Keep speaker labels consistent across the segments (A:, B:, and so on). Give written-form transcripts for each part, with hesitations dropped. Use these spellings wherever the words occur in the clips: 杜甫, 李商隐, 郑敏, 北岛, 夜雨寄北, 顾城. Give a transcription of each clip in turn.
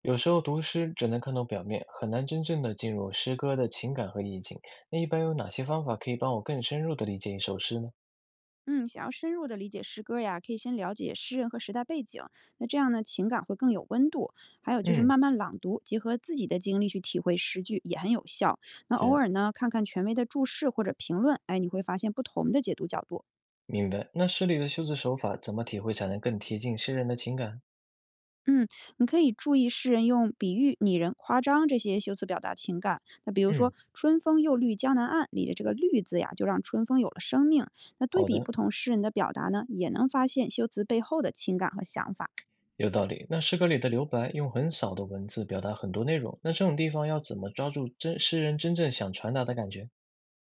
A: 有时候读诗只能看到表面，很难真正的进入诗歌的情感和意境。那一般有哪些方法可以帮我更深入的理解一首诗呢？
B: 嗯，想要深入的理解诗歌呀，可以先了解诗人和时代背景，那这样呢，情感会更有温度。还有就是
A: 嗯，
B: 慢慢朗读，结合自己的经历去体会诗句也很有效。那偶
A: 是，
B: 尔呢，看看权威的注释或者评论，哎，你会发现不同的解读角度。
A: 明白。那诗里的修辞手法怎么体会才能更贴近诗人的情感？
B: 嗯，你可以注意诗人用比喻、拟人、夸张这些修辞表达情感。那比如说
A: 嗯，
B: “春风又绿江南岸"里的这个"绿"字呀，就让春风有了生命。那对
A: 好
B: 比
A: 的，
B: 不同诗人的表达呢，也能发现修辞背后的情感和想法。
A: 有道理。那诗歌里的留白用很少的文字表达很多内容，那这种地方要怎么抓住真诗人真正想传达的感觉？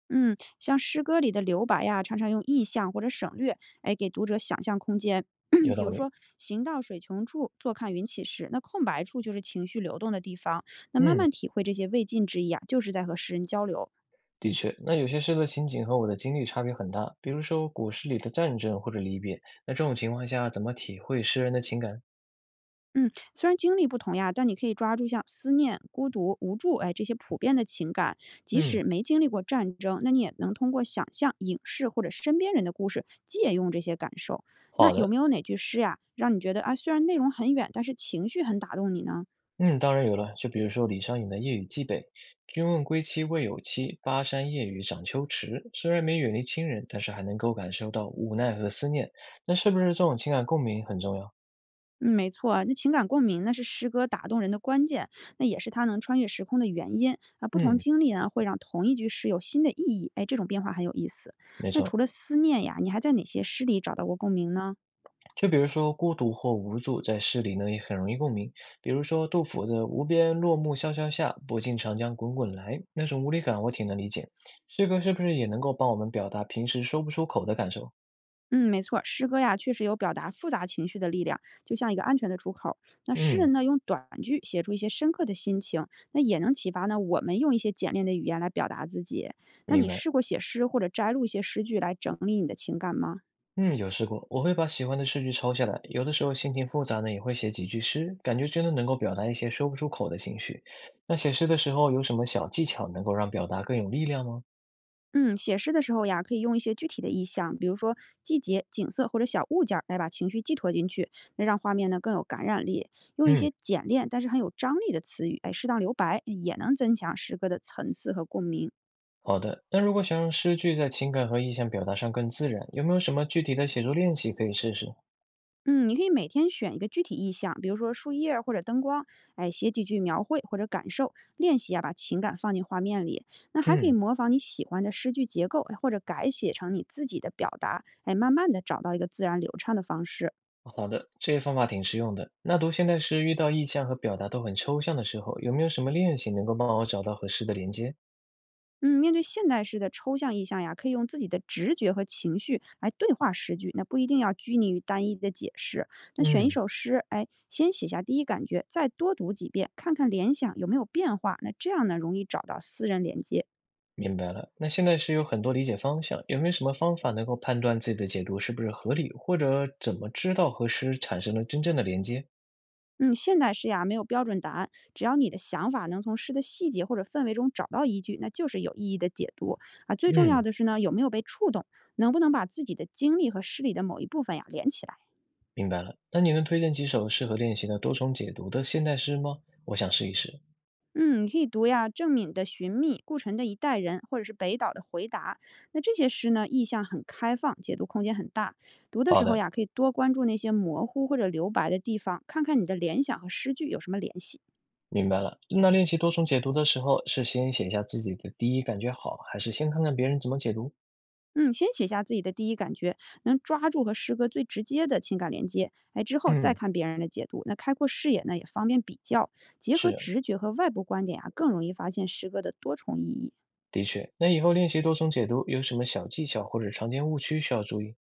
B: 嗯，像诗歌里的留白呀，常常用意象或者省略，哎，给读者想象空间。
A: 有
B: 比
A: 道
B: 如
A: 理。
B: 说"行到水穷处，坐看云起时"，那空白处就是情绪流动的地方。那慢
A: 嗯。
B: 慢体会这些未尽之意啊，就是在和诗人交流。
A: 的确，那有些诗的情景和我的经历差别很大，比如说古诗里的战争或者离别，那这种情况下怎么体会诗人的情感？
B: 嗯，虽然经历不同呀，但你可以抓住像思念、孤独、无助，哎，这些普遍的情感，即
A: 嗯，
B: 使没经历过战争，那你也能通过想象、影视或者身边人的故事，借用这些感受。那
A: 好
B: 有没
A: 的，
B: 有哪句诗呀，让你觉得啊，虽然内容很远，但是情绪很打动你呢？
A: 嗯，当然有了，就比如说李商隐的《夜雨寄北》，“君问归期未有期，巴山夜雨涨秋池”，虽然没远离亲人，但是还能够感受到无奈和思念，那是不是这种情感共鸣很重要？
B: 嗯，没错啊，那情感共鸣那是诗歌打动人的关键，那也是它能穿越时空的原因啊。不同
A: 嗯，
B: 经历呢，会让同一句诗有新的意义，哎，这种变化很有意思。
A: 没
B: 那
A: 错。
B: 除了思念呀，你还在哪些诗里找到过共鸣呢？
A: 就比如说孤独或无助，在诗里呢也很容易共鸣。比如说杜甫的“无边落木萧萧下，不尽长江滚滚来”，那种无力感我挺能理解。诗歌是不是也能够帮我们表达平时说不出口的感受？
B: 嗯，没错儿诗歌呀，确实有表达复杂情绪的力量，就像一个安全的出口儿那诗
A: 嗯，
B: 人呢，用短句写出一些深刻的心情，那也能启发呢我们用一些简练的语言来表达自己。那
A: 明
B: 你
A: 白。
B: 试过写诗或者摘录一些诗句来整理你的情感吗？
A: 嗯，有试过，我会把喜欢的诗句抄下来，有的时候心情复杂呢，也会写几句诗，感觉真的能够表达一些说不出口的情绪。那写诗的时候有什么小技巧能够让表达更有力量吗？
B: 嗯，写诗的时候呀，可以用一些具体的意象，比如说季节、景色或者小物件儿来把情绪寄托进去，那让画面呢更有感染力。用一
A: 嗯。
B: 些简练但是很有张力的词语，哎，适当留白，也能增强诗歌的层次和共鸣。
A: 好的，那如果想让诗句在情感和意象表达上更自然，有没有什么具体的写作练习可以试试？
B: 嗯，你可以每天选一个具体意象，比如说树叶儿或者灯光，哎，写几句描绘或者感受，练习啊，把情感放进画面里。那还可以
A: 嗯，
B: 模仿你喜欢的诗句结构，哎或者改写成你自己的表达，哎，慢慢的找到一个自然流畅的方式。
A: 好的，这些方法挺实用的。那读现代诗遇到意象和表达都很抽象的时候，有没有什么练习能够帮我找到和诗的连接？
B: 嗯，面对现代诗的抽象意象呀，可以用自己的直觉和情绪来对话诗句，那不一定要拘泥于单一的解释。那选一
A: 嗯，
B: 首诗，哎，先写下第一感觉，再多读几遍，看看联想有没有变化。那这样呢，容易找到私人连接。
A: 明白了，那现代诗有很多理解方向，有没有什么方法能够判断自己的解读是不是合理，或者怎么知道和诗产生了真正的连接？
B: 嗯，现代诗呀，没有标准答案，只要你的想法能从诗的细节或者氛围中找到依据，那就是有意义的解读啊。最重要
A: 嗯，
B: 的是呢，有没有被触动，能不能把自己的经历和诗里的某一部分呀连起来。
A: 明白了，那你能推荐几首适合练习的多重解读的现代诗吗？我想试一试。
B: 嗯，你可以读呀郑敏的《寻觅》，顾城的《一代人》，或者是北岛的《回答》。那这些诗呢，意象很开放，解读空间很大。读的
A: 好
B: 时候
A: 的。
B: 呀，可以多关注那些模糊或者留白的地方，看看你的联想和诗句有什么联系。
A: 明白了。那练习多重解读的时候，是先写下自己的第一感觉好，还是先看看别人怎么解读？
B: 嗯，先写下自己的第一感觉，能抓住和诗歌最直接的情感连接。哎，之后再
A: 嗯，
B: 看别人的解读，那开阔视野呢，也方便比较，结
A: 是
B: 合
A: 的，
B: 直觉和外部观点啊，更容易发现诗歌的多重意义。
A: 的确。那以后练习多重解读有什么小技巧或者常见误区需要注意？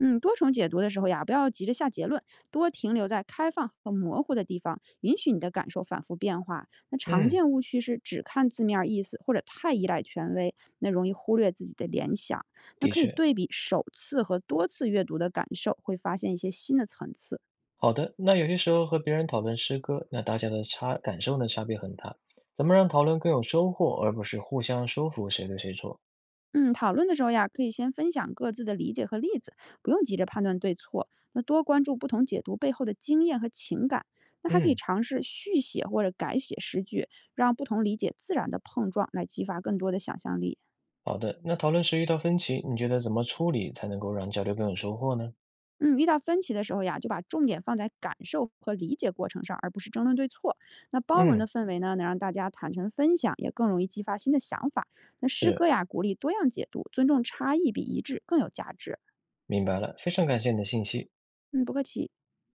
B: 嗯，多重解读的时候呀，不要急着下结论，多停留在开放和模糊的地方，允许你的感受反复变化。那常
A: 嗯，
B: 见误区是只看字面儿意思，或者太依赖权威，那容易忽略自己的联想。那
A: 的
B: 可以
A: 确，
B: 对比首次和多次阅读的感受，会发现一些新的层次。
A: 好的。那有些时候和别人讨论诗歌，那大家的差感受呢差别很大，怎么让讨论更有收获，而不是互相说服谁对谁错？
B: 嗯，讨论的时候呀，可以先分享各自的理解和例子，不用急着判断对错。那多关注不同解读背后的经验和情感。那还可以
A: 嗯，
B: 尝试续写或者改写诗句，让不同理解自然的碰撞，来激发更多的想象力。
A: 好的，那讨论时遇到分歧，你觉得怎么处理才能够让交流更有收获呢？
B: 嗯，遇到分歧的时候呀，就把重点放在感受和理解过程上，而不是争论对错。那包容的
A: 嗯。
B: 氛围呢，能让大家坦诚分享，也更容易激发新的想法。那诗歌
A: 是，
B: 呀，鼓励多样解读，尊重差异比一致更有价值。
A: 明白了，非常感谢你的信息。
B: 嗯，不客气。